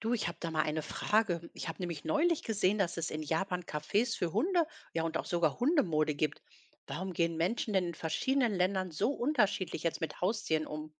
Du, ich habe da mal eine Frage. Ich habe nämlich neulich gesehen, dass es in Japan Cafés für Hunde, ja und auch sogar Hundemode gibt. Warum gehen Menschen denn in verschiedenen Ländern so unterschiedlich jetzt mit Haustieren um?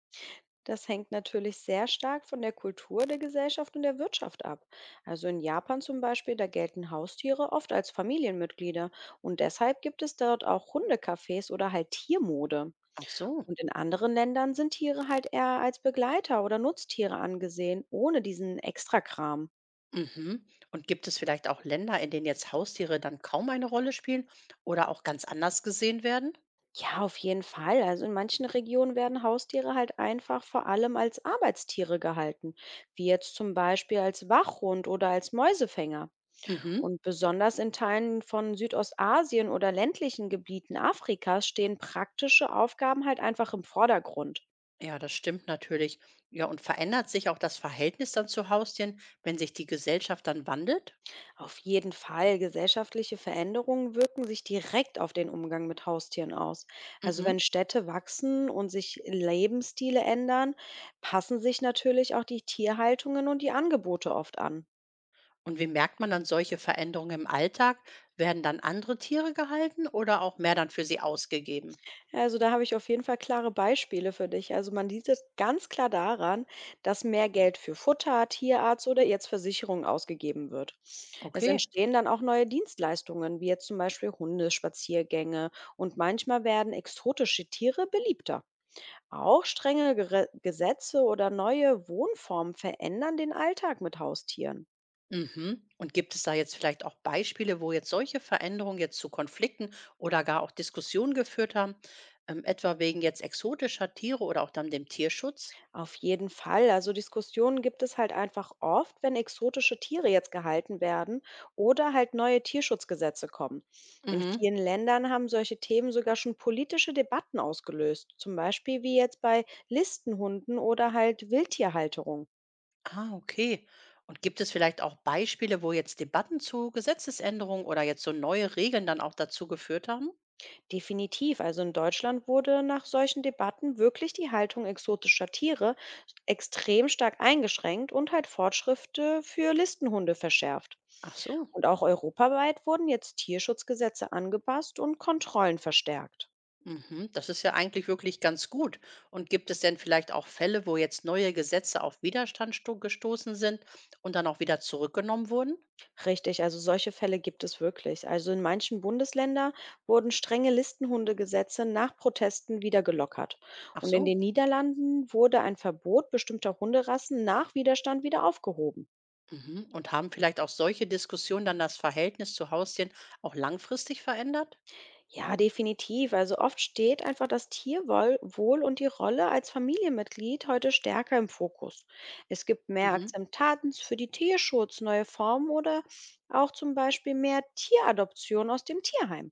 Das hängt natürlich sehr stark von der Kultur, der Gesellschaft und der Wirtschaft ab. Also in Japan zum Beispiel, da gelten Haustiere oft als Familienmitglieder und deshalb gibt es dort auch Hundecafés oder halt Tiermode. Ach so. Und in anderen Ländern sind Tiere halt eher als Begleiter oder Nutztiere angesehen, ohne diesen Extrakram. Mhm. Und gibt es vielleicht auch Länder, in denen jetzt Haustiere dann kaum eine Rolle spielen oder auch ganz anders gesehen werden? Ja, auf jeden Fall. Also in manchen Regionen werden Haustiere halt einfach vor allem als Arbeitstiere gehalten, wie jetzt zum Beispiel als Wachhund oder als Mäusefänger. Mhm. Und besonders in Teilen von Südostasien oder ländlichen Gebieten Afrikas stehen praktische Aufgaben halt einfach im Vordergrund. Ja, das stimmt natürlich. Ja, und verändert sich auch das Verhältnis dann zu Haustieren, wenn sich die Gesellschaft dann wandelt? Auf jeden Fall, gesellschaftliche Veränderungen wirken sich direkt auf den Umgang mit Haustieren aus. Also wenn Mhm. Städte wachsen und sich Lebensstile ändern, passen sich natürlich auch die Tierhaltungen und die Angebote oft an. Und wie merkt man dann solche Veränderungen im Alltag? Werden dann andere Tiere gehalten oder auch mehr dann für sie ausgegeben? Ja, also da habe ich auf jeden Fall klare Beispiele für dich. Also man sieht es ganz klar daran, dass mehr Geld für Futter, Tierarzt oder jetzt Versicherung ausgegeben wird. Es Okay. entstehen dann auch neue Dienstleistungen, wie jetzt zum Beispiel Hundespaziergänge und manchmal werden exotische Tiere beliebter. Auch strenge Gere Gesetze oder neue Wohnformen verändern den Alltag mit Haustieren. Mhm. Und gibt es da jetzt vielleicht auch Beispiele, wo jetzt solche Veränderungen jetzt zu Konflikten oder gar auch Diskussionen geführt haben, etwa wegen jetzt exotischer Tiere oder auch dann dem Tierschutz? Auf jeden Fall. Also Diskussionen gibt es halt einfach oft, wenn exotische Tiere jetzt gehalten werden oder halt neue Tierschutzgesetze kommen. In Mhm. vielen Ländern haben solche Themen sogar schon politische Debatten ausgelöst, zum Beispiel wie jetzt bei Listenhunden oder halt Wildtierhalterung. Ah, okay. Und gibt es vielleicht auch Beispiele, wo jetzt Debatten zu Gesetzesänderungen oder jetzt so neue Regeln dann auch dazu geführt haben? Definitiv. Also in Deutschland wurde nach solchen Debatten wirklich die Haltung exotischer Tiere extrem stark eingeschränkt und halt Fortschritte für Listenhunde verschärft. Ach so. Und auch europaweit wurden jetzt Tierschutzgesetze angepasst und Kontrollen verstärkt. Mhm, das ist ja eigentlich wirklich ganz gut. Und gibt es denn vielleicht auch Fälle, wo jetzt neue Gesetze auf Widerstand sto gestoßen sind und dann auch wieder zurückgenommen wurden? Richtig, also solche Fälle gibt es wirklich. Also in manchen Bundesländern wurden strenge Listenhundegesetze nach Protesten wieder gelockert. Ach Und in so. den Niederlanden wurde ein Verbot bestimmter Hunderassen nach Widerstand wieder aufgehoben. Mhm. Und haben vielleicht auch solche Diskussionen dann das Verhältnis zu Haustieren auch langfristig verändert? Ja, definitiv. Also oft steht einfach das Tierwohl Wohl und die Rolle als Familienmitglied heute stärker im Fokus. Es gibt mehr Mhm. Akzeptanz für die Tierschutz, neue Formen oder auch zum Beispiel mehr Tieradoption aus dem Tierheim.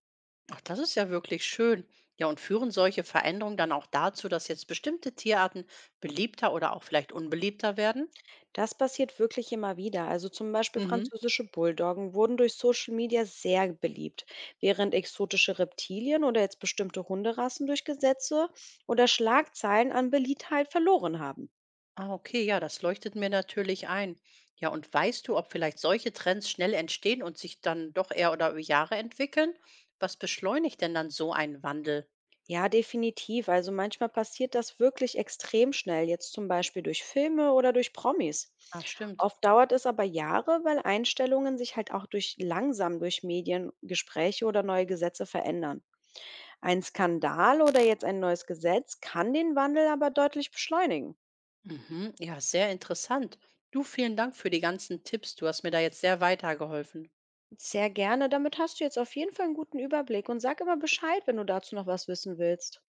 Ach, das ist ja wirklich schön. Ja, und führen solche Veränderungen dann auch dazu, dass jetzt bestimmte Tierarten beliebter oder auch vielleicht unbeliebter werden? Das passiert wirklich immer wieder. Also zum Beispiel Mhm. französische Bulldoggen wurden durch Social Media sehr beliebt, während exotische Reptilien oder jetzt bestimmte Hunderassen durch Gesetze oder Schlagzeilen an Beliebtheit verloren haben. Ah, okay, ja, das leuchtet mir natürlich ein. Ja, und weißt du, ob vielleicht solche Trends schnell entstehen und sich dann doch eher oder über Jahre entwickeln? Was beschleunigt denn dann so einen Wandel? Ja, definitiv. Also manchmal passiert das wirklich extrem schnell, jetzt zum Beispiel durch Filme oder durch Promis. Ah, stimmt. Oft dauert es aber Jahre, weil Einstellungen sich halt auch durch langsam durch Medien, Gespräche oder neue Gesetze verändern. Ein Skandal oder jetzt ein neues Gesetz kann den Wandel aber deutlich beschleunigen. Mhm, ja, sehr interessant. Du, vielen Dank für die ganzen Tipps. Du hast mir da jetzt sehr weitergeholfen. Sehr gerne. Damit hast du jetzt auf jeden Fall einen guten Überblick und sag immer Bescheid, wenn du dazu noch was wissen willst.